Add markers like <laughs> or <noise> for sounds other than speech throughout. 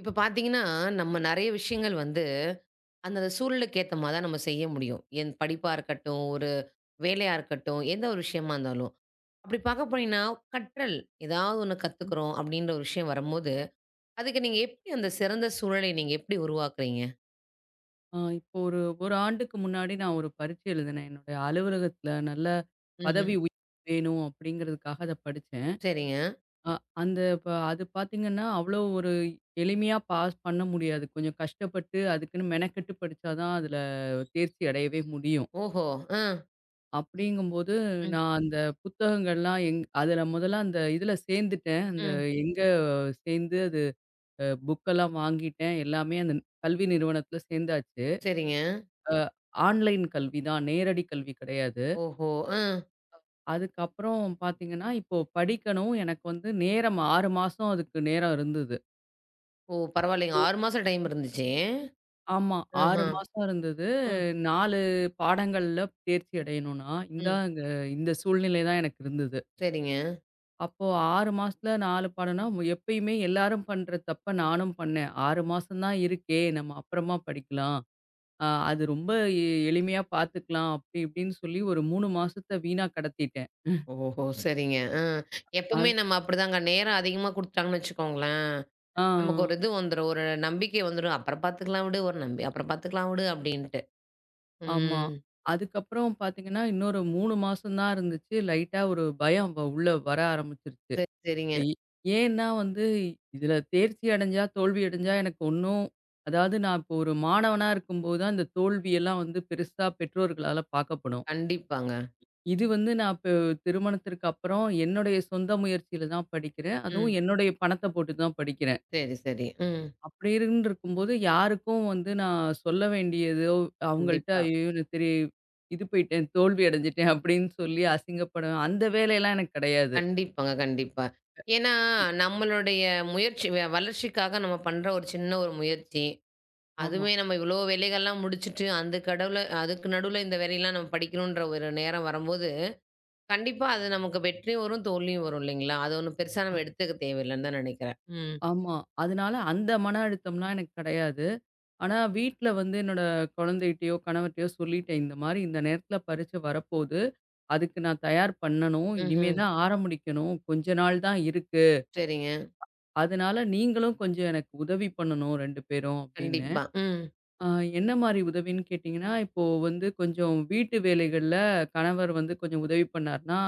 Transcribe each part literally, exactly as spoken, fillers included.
இப்ப பார்த்தீங்கன்னா, நம்ம நெறைய விஷயங்கள் வந்து அந்தந்த சூழலுக்கு ஏத்த மாரி தான் நம்ம செய்ய முடியும். என் படிப்பா இருக்கட்டும், ஒரு வேலையா இருக்கட்டும், எந்த ஒரு விஷயமா இருந்தாலும். அப்படி பார்க்க போனீங்கன்னா, கற்றல் ஏதாவது ஒண்ணு கத்துக்கிறோம் அப்படின்ற ஒரு விஷயம் வரும்போது, அதுக்கு நீங்க எப்படி அந்த சிறந்த சூழலை நீங்க எப்படி உருவாக்குறீங்க? ஆ இப்போ ஒரு 1 ஆண்டுக்கு முன்னாடி நான் ஒரு பரீட்சை எழுதினேன். என்னுடைய அலுவலகத்தில நல்ல ம்ஹ்ம். பதவி உயர்வு வேணும் அப்படிங்கிறதுக்காக அத படிச்சேன். சரிங்க. அ அந்த ப அது பார்த்தீங்கன்னா, அவ்வளோ ஒரு எளிமையா பாஸ் பண்ண முடியாது. கொஞ்சம் கஷ்டப்பட்டு அதுக்குன்னு மெனக்கெட்டு படிச்சா தான் அதில தேர்ச்சி அடையவே முடியும். ஓஹோ! அ. அப்படிங்கும்போது ம், நான் அந்த புத்தகங்கள்லாம் எங் அதில முதல்ல அந்த இதில சேர்ந்துட்டேன். அந்த ம். எங்க சேர்ந்து அது அ புக்கெல்லாம் வாங்கிட்டேன். எல்லாமே அந்த கல்வி நிறுவனத்தில சேர்ந்தாச்சு. சரிங்க. ஆன்லைன் கல்வி தான். நேரடி கல்வி கிடையாது. ஓஹோ! அ. அதுக்கப்புறம் பார்த்தீங்கன்னா, இப்போ படிக்கணும் எனக்கு வந்து நேரம் ஆறு மாசம் அதுக்கு நேரம் இருந்தது. ஓ! பரவாயில்லைங்க. ஓ! ஆறு மாசம் டைம் இருந்துச்சு. ஆமா. ஆஹ. ஆறு மாசம் இருந்தது. ம், நாலு பாடங்கள்ல தேர்ச்சி அடையணும்னா, ம். இந்தாங்க இந்த சூழ்நிலை தான் எனக்கு இருந்தது. சரிங்க. அப்போ ஆறு மாசத்துல நாலு பாடம்னா, மு- எப்பயுமே எல்லாரும் பண்ற தப்ப நானும் பண்ணேன். ஆறு மாசம் தான் இருக்கே! நம்ம அப்புறமா படிக்கலாம். அ அது ரொம்ப எ எளிமையா பார்த்துக்கலாம். அப்படி இப்படின்னு சொல்லி ஒரு மூணு மாசத்த வீணா கடத்திட்டேன். ஓஹோ! சரிங்க. அ எப்பவுமே அது. நம்ம அப்படிதாங்க. நேரம் அதிகமா குடுத்துட்டாங்கன்னு வச்சுக்கோங்களேன், ஆ. நமக்கு ஒரு இது வந்துரும். ஒரு நம்பிக்கை வந்துரும். "அப்புறம் பார்த்துக்கலாம் விடு. ஒரு நம்பி அப்புறம் பார்த்துக்கலாம் விடு" அப்படின்ட்டு. ஆமா. ம். அதுக்கப்புறம் பார்த்தீங்கன்னா, இன்னொரு மூணு மாசம் தான் இருந்துச்சு. லைட்டா ஒரு பயம் வ உள்ள வர ஆரம்பிச்சுருச்சு. சரி, சரிங்க. இ ஏன்னா வந்து இதுல தேர்ச்சி அடைஞ்சா, தோல்வி அடைஞ்சா எனக்கு ஒண்ணும், அதாவது நான் இப்போ ஒரு மாணவனா இருக்கும்போது தான், இந்த தோல்வியெல்லாம் வந்து பெருசா பெற்றோர்களால பார்க்கப்படும். கண்டிப்பாங்க. இது வந்து நான் இப்போ திருமணத்திற்கு அப்புறம் என்னுடைய சொந்த முயற்சியில தான் படிக்கிறேன். ம். அதுவும் என்னுடைய பணத்த போட்டு தான் படிக்கிறேன். சரி, சரி. ம். அப்படி இருந்திருக்கும்போது, யாருக்கும் வந்து நான் சொல்ல வேண்டியதோ, அவங்கள்ட்ட கண்டிப்பா. "ஐயயோ! நான் தெரி இது போயிட்டேன், தோல்வி அடைஞ்சுட்டேன்" அப்படின்னு சொல்லி அசிங்கப்படுவேன். அந்த வேலையெல்லாம் எனக்கு கிடையாது. கண்டிப்பாங்க, கண்டிப்பா. ஏன்னா, நம்மளுடைய முயற்சி வ வளர்ச்சிக்காக நம்ம பண்ற ஒரு சின்ன ஒரு முயற்சி. ஆமா. அதுவுமே நம்ம இவ்வளோ வேலைகள்லாம் முடிச்சுட்டு, அதுக்கு கடவுல அதுக்கு நடுவுல இந்த வேலையெல்லாம் நம்ம படிக்கணுன்ற ஒரு நேரம் வரும்போது கண்டிப்பா அது நமக்கு வெற்றியும் வரும், தோல்வியும் வரும் இல்லைங்களா? அது ஒண்ணும் பெருசா அ நம்ம எடுத்துக்க தேவையில்லன்னு தான் நெனைக்கிறேன். ம். ஆமா. அதனால அந்த மன அழுத்தம்லாம் எனக்கு கிடையாது. ஆனா, வீட்ல வந்து என்னோட குழந்தைகிட்டயோ, கணவர்ட்டயோ சொல்லிட்டேன். இந்த மாரி இந்த நேரத்தில பரீட்சை வரப்போது. அதுக்கு நான் தயார் பண்ணணும். இனிமே ம்ஹ்ம். தான் ஆரம்பிக்கணும். கொஞ்ச நாள் தான் இருக்கு. சரிங்க. அதனால நீங்களும் கொஞ்சம் எனக்கு உதவி பண்ணணும் ரெண்டு பேரும் அப்படின்னு. கண்டிப்பா. ம். ஆ என்ன மாரி உதவின்னு கேட்டீங்கன்னா, இப்போ வந்து கொஞ்சம் வீட்டு வேலைகள்ல கணவர் வந்து கொஞ்சம் உதவி பண்ணாருன்னா,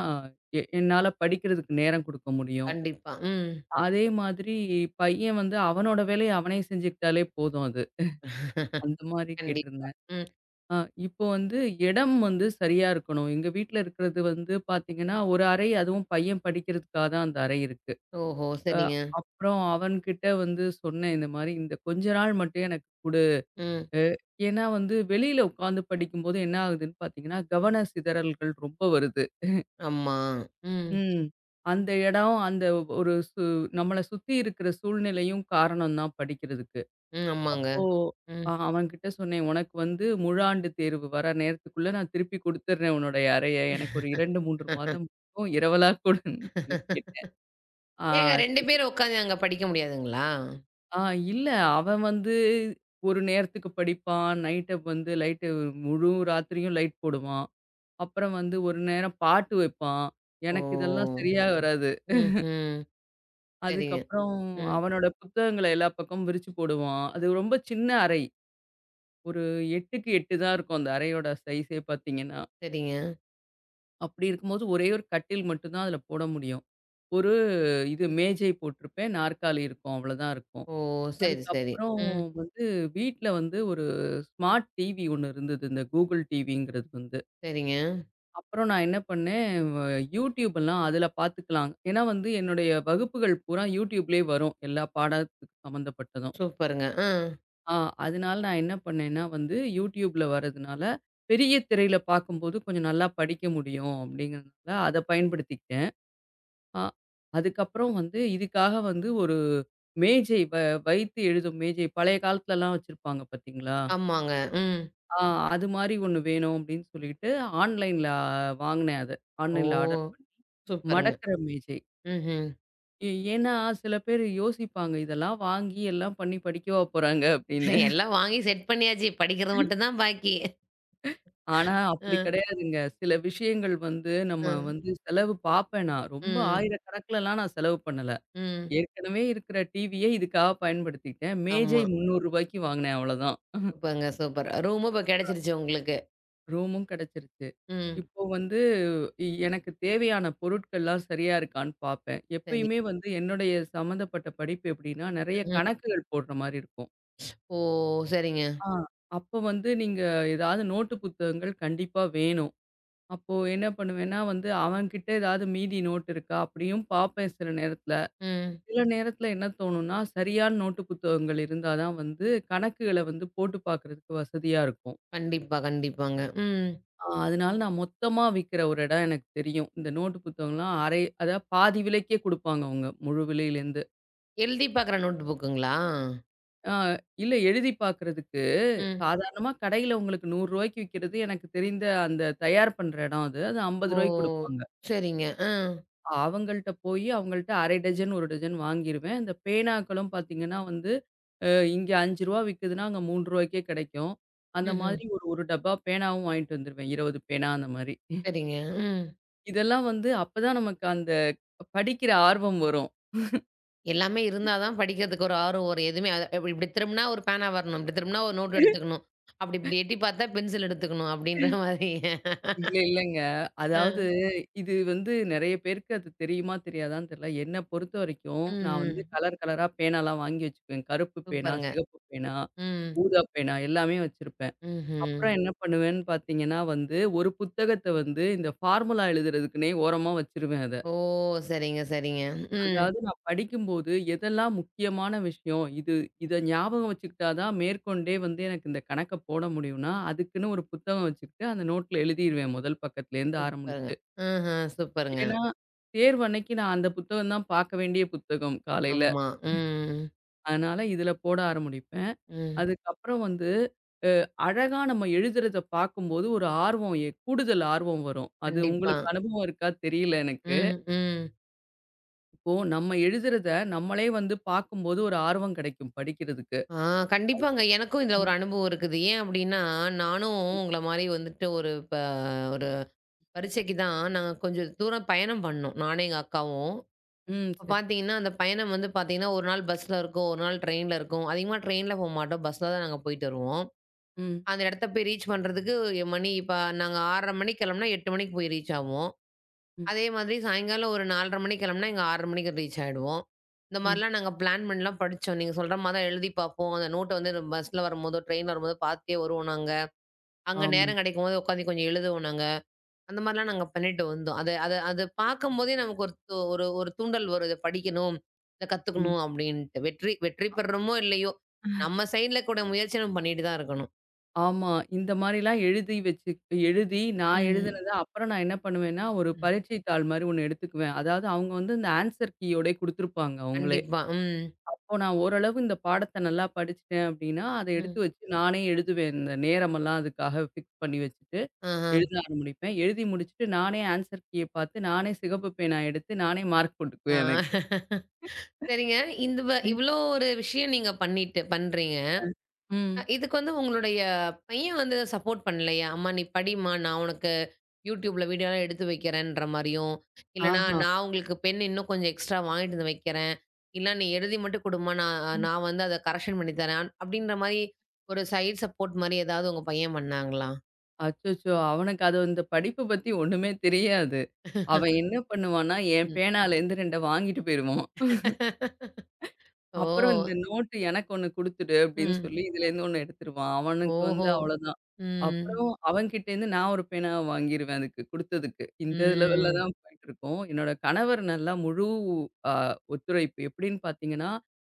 எ என்னால படிக்கிறதுக்கு நேரம் குடுக்க முடியும். கண்டிப்பா. ம். அதே மாதிரி பையன் வந்து அவனோட வேலைய அவனே செஞ்சுக்கிட்டாலே போதும் அது. <laughs> அந்த மாரி கண்டிப்பா. கேட்டிருந்தேன். ம். ஆ இப்போ வந்து இடம் வந்து சரியா இருக்கணும். எங்க வீட்ல இருக்கிறது வந்து பார்த்தீங்கன்னா, ஒரு அறை, அதுவும் பையன் படிக்கிறதுக்காக தான் அந்த அறை இருக்கு. ஓஹோ! அ சரிங்க. அப்புறம் அவன்கிட்ட வந்து சொன்னேன் இந்த மாரி, "இந்த கொஞ்ச நாள் மட்டும் எனக்கு குடு." ம். அ ஏன்னா வந்து வெளியில உட்காந்து படிக்கும்போது என்ன ஆகுதுன்னு பார்த்தீங்கன்னா, கவன சிதறல்கள் ரொம்ப வருது. ஆமா. ம். ம். அந்த இடம், அந்த ஒரு சு நம்மள சுத்தி இருக்கிற சூழ்நிலையும் காரணம் தான் படிக்கிறதுக்கு. ம். ஆமாங்க. அப்போ ம். அ அவன்கிட்ட சொன்னேன், "உனக்கு வந்து முழாண்டு தேர்வு வர நேரத்துக்குள்ள நான் திருப்பி குடுத்துடுறேன் உன்னுடைய அறைய. எனக்கு ஒரு இரண்டு, மூன்று மாதம் இருக்கும். இரவலா கொடுன்னு" சொல்லி கேட்டேன். <laughs> ஆ ஏங்க ரெண்டு சரி. பேர் உட்காந்து அங்க படிக்க முடியாதுங்களா? ஆ இல்ல, அவன் வந்து ஒரு நேரத்துக்கு படிப்பான். நைட்ட வந்து லைட்டு முழு ராத்திரியும் லைட் போடுவான். அப்புறம் வந்து ஒரு நேரம் பாட்டு வைப்பான். எனக்கு இதெல்லாம் ஓ! சரியா வராது. ம்ஹ்ம். சரிங்க. அதுக்கப்புறம் ம். அவனோட புத்தகங்கள எல்லா பக்கமும் விரிச்சு போடுவான். அது ரொம்ப சின்ன அறை. ஒரு 8க்கு எட்டு தான் இருக்கும் அந்த அறையோட சைஸே பார்த்தீங்கன்னா. சரிங்க. அப்படி இருக்கும்போது ஒரே ஒரு கட்டில் மட்டும் தான் அதில போட முடியும். ஒரு இது மேஜை போட்டிருப்பேன். நாற்காலி இருக்கும். அவ்வளோதான் இருக்கும். ஓ! சரி, சரி. அதுக்கப்புறம் ம். வந்து வீட்ல வந்து ஒரு ஸ்மார்ட் டிவி ஒண்ணு இருந்தது. இந்த Google டிவிங்கிறது வந்து. சரிங்க. அப்புறம் நான் என்ன பண்ணேன், வ Youtube எல்லாம் அதுல பாத்துக்கலாம். ஏன்னா வந்து என்னுடைய வகுப்புகள் பூரா Youtubeலயே வரும். எல்லா பாடத்துக்கு சம்மந்தப்பட்டதும். சூப்பருங்க. அ. ஆ அதனால நான் என்ன பண்ணேன்னா வந்து Youtubeல வரதுனால, பெரிய திரையில பார்க்கும்போது கொஞ்சம் நல்லா படிக்க முடியும் அப்படிங்கிறதுனால அத பயன்படுத்திக்கிட்டேன். அ அதுக்கப்புறம் வந்து இதுக்காக வந்து ஒரு மேஜை, வ வைத்து எழுதும் மேஜை பழைய காலத்துலலாம் வச்சிருப்பாங்க பார்த்தீங்களா? ஆமாங்க. ம். ஆ அது மாரி ஒண்ணு வேணும் அப்படின்னு சொல்லிட்டு ஆன்லைன்ல வாங்குனேன் அத. ஓ! ஆன்லைன்ல ஆர்டர் பண்ணி. சூப்பருங்க. மடக்கற மேஜை. ம்ஹ்ம். ஏ ஏன்னா, சில பேரு யோசிப்பாங்க, இதெல்லாம் வாங்கி எல்லாம் பண்ணி படிக்கவா போறாங்க அப்படின்னு. எல்லாம் வாங்கி செட் பண்ணியாச்சு. படிக்கிறது மட்டும் தான் பாக்கி. ஆனா அப்படி அ, கிடையாதுங்க. சில விஷயங்கள் வந்து அ, நம்ம வந்து செலவு பார்ப்பேன் நான். ரொம்ப ம், ஆயிரக்கணக்குலலாம் நான் செலவு பண்ணல. ம். ஏற்கனவே இருக்கிற டிவிய இதுக்காக பயன்படுத்திக்கிட்டேன். மேஜை ஆமா. ரூ. 300க்கு வாங்கினேன் அவ்வளோதான். சூப்பர்ங்க, சூப்பர். ரூமும் இப்ப கிடைச்சிருச்சு உங்களுக்கு. ரூமும் கிடைச்சிருச்சு. ம். இப்போ வந்து இ எனக்கு தேவையான பொருட்கள்லாம் சரியா இருக்கான்னு பார்ப்பேன். சரி. எப்பயுமே வந்து என்னுடைய சம்மந்தப்பட்ட படிப்பு எப்படின்னா, நெறைய ம். கணக்குகள் போடுற மாரி இருக்கும். ஓ! சரிங்க. ஆ. அப்ப வந்து நீங்க ஏதாவது நோட்டு புத்தகங்கள் கண்டிப்பா வேணும். அப்போ என்ன பண்ணுவேன்னா வந்து, அவன்கிட்ட ஏதாவது மீதி நோட் இருக்கா? அப்படியும் பார்ப்பேன் சில நேரத்துல. ம். சில நேரத்துல என்ன தோணும்னா, சரியான நோட்டு புத்தகங்கள் இருந்தா தான் வந்து கணக்குகள வந்து போட்டு பார்க்கறதுக்கு வசதியா இருக்கும். கண்டிப்பா, கண்டிப்பாங்க. ம். ஆ அதனால நான் மொத்தமா விக்கிற ஒரு இடம் எனக்கு தெரியும். இந்த நோட்டு புத்தகம்லாம் அரை, அதாவது பாதி விலைக்கே குடுப்பாங்க அவங்க, முழு விலையிலேருந்து. எழுதி பாக்குற நோட் புக்குங்களா? ஆ இல்ல, எழுதி பார்க்கறதுக்கு ம். சாதாரணமா கடையில உங்களுக்கு ரூ. 100க்கு விக்கிறது எனக்கு தெரிந்த அந்த தயார் பண்ற இடம் அது. அது ரூ. ஓ! 50க்கு குடுப்பாங்க. சரிங்க. அ. அவங்கள்ட்ட போயி அவங்கள்ட்ட அரை டஜன், ஒரு டஜன் வாங்கிருவேன். இந்த பேனாக்களும் பார்த்தீங்கன்னா வந்து, அ இங்க ரூ. ஐந்து விக்குதுன்னா அங்க ரூ. 3க்கே கிடைக்கும். அந்த ம்ஹ்ம். மாதிரி ஒரு 1 டப்பா பேனாவும் வாங்கிட்டு வந்துருவேன். இருபது பேனா அந்த மாரி. சரிங்க. ம். இதெல்லாம் வந்து அப்பதான் நமக்கு அந்த படிக்கிற ஆர்வம் வரும். எல்லாமே இருந்தா தான் படிக்கிறதுக்கு ஒரு ஆர்வம் வரும். எதுவுமே அ இப்டி இப்டி திரும்புனா ஒரு பேனா வரணும். இப்டி திரும்புனா ஒரு நோட் எடுத்துக்கணும். அப்டி இப்டி எட்டி பார்த்தா பென்சில் எடுத்துக்கணும் அப்டின்ற <laughs> மாதிரி. இல்ல, இல்லங்க. ஆ. அதாவது இது வந்து நெறைய பேருக்கு அது தெரியுமா, தெரியாதான்னு தெரியல. என்ன பொறுத்த வரைக்கும், நான் வந்து ம். ம். கலர் கலரா பேனாலாம் வாங்கி வச்சுக்குவேன். கருப்பு பேனா, சூப்பருங்க. சிகப்பு பேனா, ம். ஊதா பேனா எல்லாமே வச்சிருப்பேன். ம்ஹ்ம். அப்புறம் என்ன பண்ணுவேன்னு பார்த்தீங்கன்னா வந்து, ஒரு புத்தகத்த வந்து இந்த ஃபார்முலா எழுதுறதுக்குன்னே ஓரமா வச்சுருவேன் அத. ஓ! சரிங்க, சரிங்க. ம். அதாவது நான் படிக்கும்போது எதெல்லாம் முக்கியமான விஷயம், இது இத ஞாபகம் வச்சுக்கிட்டா தான் மேற்கொண்டே வந்து எனக்கு இந்த கணக்க போட முடியும்னா, அதுக்குன்னு ஒரு புத்தகம் வச்சுக்கிட்டு அந்த நோட்ல எழுதிருவேன் முதல் பக்கத்துலேருந்து சூப்பருங்க. ஆரம்பிச்சு. ம்ஹ்ம். சூப்பருங்க. ஏன்னா, தேர்வு அன்னைக்கு நான் அந்த புத்தகம் தான் பாக்க வேண்டிய புத்தகம் காலையில. ஆமா. ம். அதனால இதுல போட ஆரம்பிப்பேன். ம். அதுக்கப்புறம் வந்து அழகா நம்ம எழுதுறத பாக்கும்போது ஒரு ஆர்வம், எ கூடுதல் ஆர்வம் வரும். அது கண்டிப்பா. உங்களுக்கு அனுபவம் இருக்கா தெரியல எனக்கு. ம், ம். இப்போ நம்ம எழுதுறத நம்மளே வந்து பாக்கும்போது ஒரு ஆர்வம் கிடைக்கும் படிக்கிறதுக்கு. ஆ கண்டிப்பாங்க. எனக்கும் இதுல ஒரு ம். அனுபவம் இருக்குது. ஏன் அப்டின்னா, நானும் உங்கள மாரி வந்துட்டு ஒரு இப்ப பரீட்சைக்கு தான் நாங்க கொஞ்சம் தூரம் பயணம் பண்ணோம். நானும் எங்க அக்காவும். ம். இப்ப சரி. பார்த்தீங்கன்னா, அந்த பயணம் வந்து பார்த்தீங்கன்னா, ஒரு நாள் பஸ்ல இருக்கும், ஒரு நாள் ட்ரெயின்ல இருக்கும். அதிகமா ட்ரெயின்ல போமாட்டோம். பஸ்ல தான் நாங்க போயிட்டு வருவோம். ம். அந்த இடத்த போய் ரீச் பண்றதுக்கு எ மணி இப்ப நாங்க ஆறு முப்பது மணிக்கு கிளம்புனா எட்டு மணிக்கு போய் ரீச் ஆவோம். ம். அதே மாதிரி சாயங்காலம் ஒரு நாலு முப்பது மணிக்கு கிளம்புனா இங்க ஆறு மணிக்கு ரீச் ஆயிடுவோம். இந்த ம். மாரிலாம் நாங்க பிளான் பண்ணிலாம் படிச்சோம். நீங்க சொல்ற மாரி தான் எழுதி பார்ப்போம். அந்த நோட்ட வந்து பஸ்ல வரும்போதோ, ட்ரெயின்ல வரும்போதோ பார்த்தே வருவோம் நாங்க. அங்க ஆமா. நேரம் கிடைக்கும்போது உட்காந்து கொஞ்சம் எழுதுவோம் நாங்க. அந்த மாரிலாம் நாங்க பண்ணிட்டு வந்தோம். அத அத அத பார்க்கும்போதே நமக்கு ஒரு து ஒரு ஒரு தூண்டல் வரும். இத படிக்கணும், இத ம். கத்துக்கணும் அப்டின்ட்டு. வெற்றி வெற்றி பெறுறோமோ இல்லையோ, நம்ம சைட்ல கூட முயற்சி நம்ம பண்ணிட்டு தான் இருக்கணும். ஆமா. இந்த மாரிலாம் எழுதி வச்சு, எழுதி நான் ம். எழுதினத அப்புறம் நான் என்ன பண்ணுவேன்னா, ஒரு ம். பரீட்சை தாள் மாரி ஒண்ணு எடுத்துக்குவேன். அதாவது அவங்க வந்து இந்த ஆன்ஸர் கீயோடயே குடுத்துருப்பாங்க அவங்களே. கண்டிப்பா. ம். அப்போ நான் ஓரளவு இந்த பாடத்த நல்லா படிச்சுட்டேன் அப்டின்னா, அத எடுத்து ம். வச்சு நானே எழுதுவேன். இந்த நேரமெல்லாம் அதுக்காக ஃபிக்ஸ் பண்ணி வச்சுட்டு, ஆஹ. எழுத ஆரம்பிப்பேன். எழுதி முடிச்சுட்டு நானே ஆன்ஸர் கீய பார்த்து, நானே சிகப்பு பேனா எடுத்து, நானே மார்க் ஆ. போட்டுக்குவேன் எனக்கு. <laughs> சரிங்க. இந்த வ ம். இவ்ளோ ஒரு விஷயம் நீங்க பண்ணிட்டு பண்றீங்க. அ ம். இதுக்கு வந்து உங்களுடைய பையன் வந்து சப்போர்ட் பண்ணலையா? "அம்மா நீ படிம்மா, நான் உனக்கு YouTubeல வீடியோலாம் எடுத்து வைக்கிறேன்ற" மாரியும், இல்லன்னா ஆஹா. "நான் உங்களுக்கு பென் இன்னும் கொஞ்சம் எக்ஸ்ட்ரா வாங்கிட்டு வந்து வைக்கிறேன். இல்ல நீ எழுதி மட்டும் குடும்மா, நான் நான் வந்து அத கரெக்ஷன் பண்ணி தரேன்." அப்படின்ற மாரி ஒரு சைடு சப்போர்ட் மாரி ஏதாவது உங்க பையன் பண்ணாங்களா? அச்சச்சோ! அவனுக்கு அது, இந்த படிப்பு பத்தி ஒண்ணுமே தெரியாது. அவன் என்ன பண்ணுவான்னா, என் ம். பேனாலேருந்து ரெண்டு வாங்கிட்டு போயிருவான். அப்புறம் ஓ! இந்த நோட்டு எனக்கு ஒண்ணு குடுத்துடு அப்படின்னு ம். சொல்லி இதுலேருந்து ஒண்ணு எடுத்துருவான். அவனுக்கு வந்து ஓஹோ! அவ்வளோதான். ம். அப்புறம் அவன்கிட்டேருந்து நான் ஒரு பேனாவ வாங்கிருவேன் அதுக்கு குடுத்ததுக்கு. இந்த லெவல்ல ம். தான் போயிட்டுருக்கோம். என்னோட கணவர் நல்லா முழு அ ஒத்துழைப்பு. எப்படின்னு பார்த்தீங்கன்னா,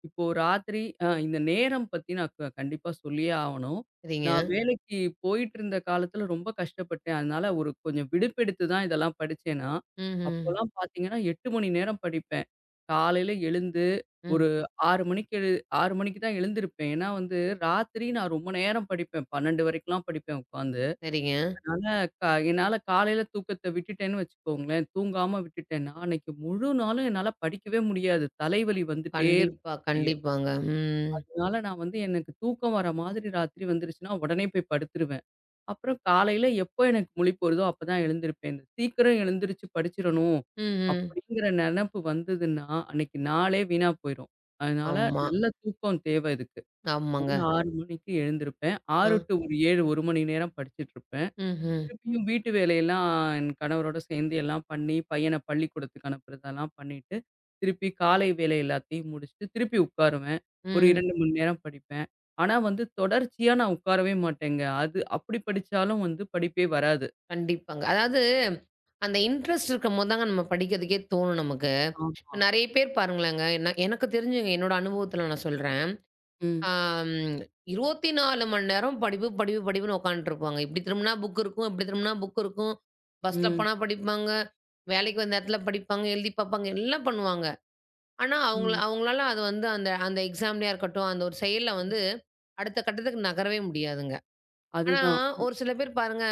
இப்போ ராத்திரி அ இந்த நேரம் பத்தி நான் க கண்டிப்பா சொல்லியே ஆவணும். சரிங்க. நான் வேலைக்கு போயிட்டுருந்த காலத்துல ரொம்ப கஷ்டப்பட்டேன். அதனால ஒரு கொஞ்சம் விடுப்பெடுத்து தான் இதெல்லாம் படிச்சேன்னா, ம்ஹ்ம். ம். அப்போலாம் பார்த்தீங்கன்னா எட்டு மணி நேரம் படிப்பேன். காலையில எழுந்து, ம் ஒரு ஆறு மணிக்கு எழு ஆறு மணிக்கு தான் எழுந்திருப்பேன். ஏன்னா வந்து ராத்திரி நான் ரொம்ப நேரம் படிப்பேன். பன்னிரெண்டு வரைக்கும்லாம் படிப்பேன் உட்காந்து. சரிங்க. அதனால க என்னால காலையில தூக்கத்த விட்டுட்டேன்னு வச்சுக்கோங்களேன், தூங்காம விட்டுட்டேன்னா, அன்னைக்கு முழு நாளும் என்னால படிக்கவே முடியாது. தலைவலி வந்துட்டே இருக்கும் கண்டிப்பா, அப்படியே. கண்டிப்பாங்க. ம். அதனால நான் வந்து எனக்கு தூக்கம் வர மாதிரி ராத்திரி வந்துருச்சுன்னா, உடனே போய் படுத்துருவேன். அப்புறம் காலையில எப்போ எனக்கு முழிப்பு வருதோ அப்பதான் எழுந்திருப்பேன். இந்த சீக்கிரம் எழுந்திருச்சு படிச்சிரணும் ம்ஹ்ம். அப்படிங்கிற நெனப்பு வந்ததுன்னா, அன்னைக்கு நாளே வீணா போயிரும். அதனால ஆமா. நல்ல தூக்கம் தேவை இதுக்கு. ஆமாங்க. நான் ஆறு மணிக்கு எழுந்திருப்பேன். ஆறு அ. டூ ஒரு ஏழு, ஒரு மணி நேரம் படிச்சுட்டுருப்பேன். ம்ஹ்ம். திருப்பியும் வீட்டு வேலையெல்லாம் என் கணவரோட சேர்ந்து எல்லாம் பண்ணி, பையன பள்ளிக்கூடத்துக்கு அனுப்புறதெல்லாம் பண்ணிட்டு, திருப்பி காலை வேலை எல்லாத்தையும் முடிச்சுட்டு, திருப்பி உட்காருவேன். ஒரு ம். இரண்டு மணி நேரம் படிப்பேன். ஆனா வந்து தொடர்ச்சியா நான் உட்காரவே மாட்டேங்க. அது அப்படி படிச்சாலும் வந்து படிப்பே வராது. கண்டிப்பாங்க. அதாவது அந்த இன்ட்ரெஸ்ட் இருக்கும்போது தாங்க நம்ம படிக்கிறதுக்கே தோணும் நமக்கு. இப்ப ஆமா. நெறைய பேர் பாருங்களேங்க, என்ன எனக்கு தெரிஞ்சுங்க என்னோட அனுபவத்தில நான் சொல்றேன். ம், ஆம் இருபத்தி நான்கு மணி நேரம் படிப்பு, படிப்பு, படிப்புன்னு உட்காந்துட்டுருப்பாங்க. இப்டி திரும்புனா புக் இருக்கும், இப்டி திரும்புனா புக் இருக்கும். பஸ்ல ம், போனா படிப்பாங்க, வேலைக்கு வந்த இடத்துல படிப்பாங்க, எழுதி பார்ப்பாங்க, எல்லாம் பண்ணுவாங்க. ஆனா அவங்கள ம். அவங்களால அது வந்து அந்த அந்த எக்ஸாம்லயா இருக்கட்டும், அந்த ஒரு செயல்ல வந்து அடுத்த கட்டத்துக்கு நகரவே முடியாதுங்க. ஆனா, அதுதான். ஒரு சில பேர் பாருங்க,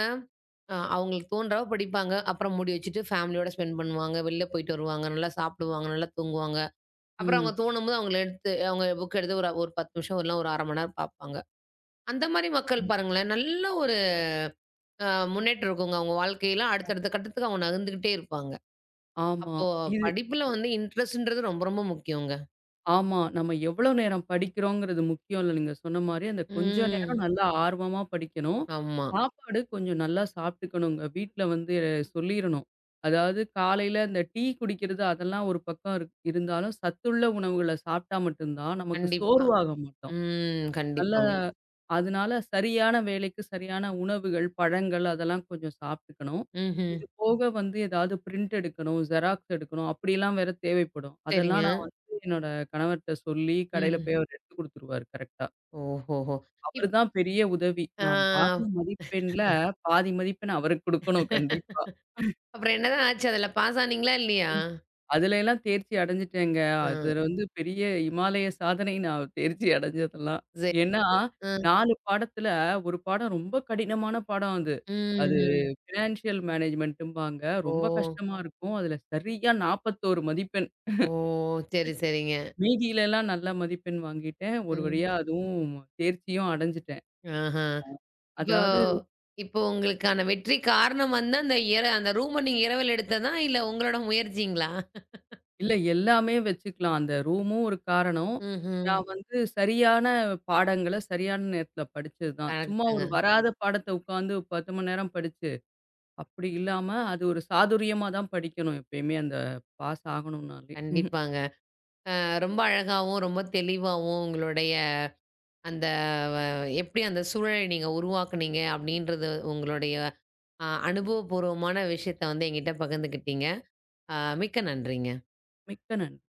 அ அவங்களுக்கு தோன்றப்ப படிப்பாங்க. அப்புறம் மூடி வச்சுட்டு ஃபேமிலியோட ஸ்பெண்ட் பண்ணுவாங்க. வெளில போயிட்டு வருவாங்க. நல்லா சாப்பிடுவாங்க. நல்லா தூங்குவாங்க. அப்புறம் அவங்க ம். தோணும்போது அவங்கள எடுத்து அவங்க புக் எடுத்து ஒரு ஒரு பத்து நிமிஷம் இல்ல ஒரு அரை மணி நேரம் பார்ப்பாங்க. அந்த மாரி மக்கள் பாருங்களேன், நல்ல ஒரு அ முன்னேற்றம் இருக்குங்க. அவங்க வாழ்க்கையில அடுத்தடுத்த கட்டத்துக்கு அவங்க நகர்ந்துகிட்டே இருப்பாங்க. ஆமா. அப்போ இது படிப்புல வந்து இன்ட்ரெஸ்ட்ன்றது ரொம்ப ரொம்ப முக்கியங்க. ஆமா. நம்ம எவ்வளோ நேரம் படிக்கிறோங்கிறது முக்கியம் இல்ல. நீங்க சொன்ன மாரி, அந்த கொஞ்ச நேரம் ம். நல்லா ஆர்வமா படிக்கணும். ஆமா. சாப்பாடு கொஞ்சம் நல்லா சாப்பிட்டுக்கணுங்க. வீட்ல வந்து சொல்லிரணும். அதாவது காலையில இந்த டீ குடிக்கிறது அதெல்லாம் ஒரு பக்கம் இருக் இருந்தாலும், சத்துள்ள உணவுகள சாப்பிட்டா மட்டும் தான் நமக்கு கண்டிப்பா. சோர்வாக மாட்டோம். ம். நல்லா கண்டிப்பாங்க. அதனால சரியான வேளைக்கு சரியான உணவுகள், பழங்கள் அதெல்லாம் கொஞ்சம் சாப்பிட்டுக்கணும். ம்ஹ்ம். இது போக வந்து ஏதாவது பிரிண்ட் எடுக்கணும், ஜெராக்ஸ் எடுக்கணும் அப்படிலாம் வேற தேவைப்படும். சரிங்க. அதெல்லாம் நான் வந்து என்னோட கணவர்ட்ட சொல்லி கடையில ம்ஹ்ம். போய் அவர் எடுத்து குடுத்துருவாரு கரெக்ட்டா. ஓஹோஹோ! அவரு இப் தான் பெரிய உதவி. ஆ. நான் வாங்கின மதிப்பெண்ல பாதி மதிப்பெண் அவருக்கு குடுக்கணும் கண்டிப்பா. அப்புறம் என்னதான் ஆச்சு? அதுல பாஸ் ஆனீங்களா? இல்லையா? அதுல எல்லாம் தேர்ச்சி அடைஞ்சுட்டேங்க. ஆ. அதுல ம். வந்து பெரிய இமாலய சாதனை நான் தேர்ச்சி அடைஞ்சதெல்லாம். சரி. ஏன்னா ஆ. நாலு பாடத்துல ஒரு பாடம் ரொம்ப கடினமான பாடம் அது. அது ம், ம். ம். ஃபினான்ஷியல் மேனேஜ்மென்ட்டும்பாங்க. ஓ! ரொம்ப கஷ்டமா இருக்கும். அதுல சரியா நாற்பத்தி ஒரு மதிப்பெண். ஓ! சரி, சரிங்க. மீதியிலலாம் நல்ல மதிப்பெண் வாங்கிட்டேன். ஒரு ம். வழியா அதுவும் தேர்ச்சியும் அடைஞ்சுட்டேன். ஆஹா. இப்போ அதாவது இப்போ உங்களுக்கான வெற்றி காரணம் வந்து அந்த இர அந்த ரூம நீங்க இரவல் எடுத்ததா? இல்ல உங்களோட முயற்சிங்களா? இல்ல, எல்லாமே வச்சுக்கலாம். அந்த ரூமும் ஒரு காரணம். ம்ஹ்ம். நான் வந்து சரியான பாடங்கள சரியான நேரத்துல படிச்சது தான். சும்மா ஒரு கரெக்ட்டுங்க. வராத பாடத்த உட்காந்து பத்து மணி நேரம் படிச்சு, அப்படி இல்லாம அது ஒரு சாதுரியமா தான் படிக்கணும் எப்பயுமே அந்த பாஸ் ஆகணும்னாலே. <laughs> கண்டிப்பாங்க. அ ரொம்ப அழகாவும், ரொம்ப தெளிவாவும் உங்களுடைய அந்த வ எப்படி அந்த சூழலை நீங்க உருவாக்குனீங்க? அப்படின்றது உங்களுடைய அ அனுபவபூர்வமான விஷயத்த வந்து என்கிட்ட பகிர்ந்துக்கிட்டீங்க. அ மிக்க நன்றிங்க. மிக்க நன்றி.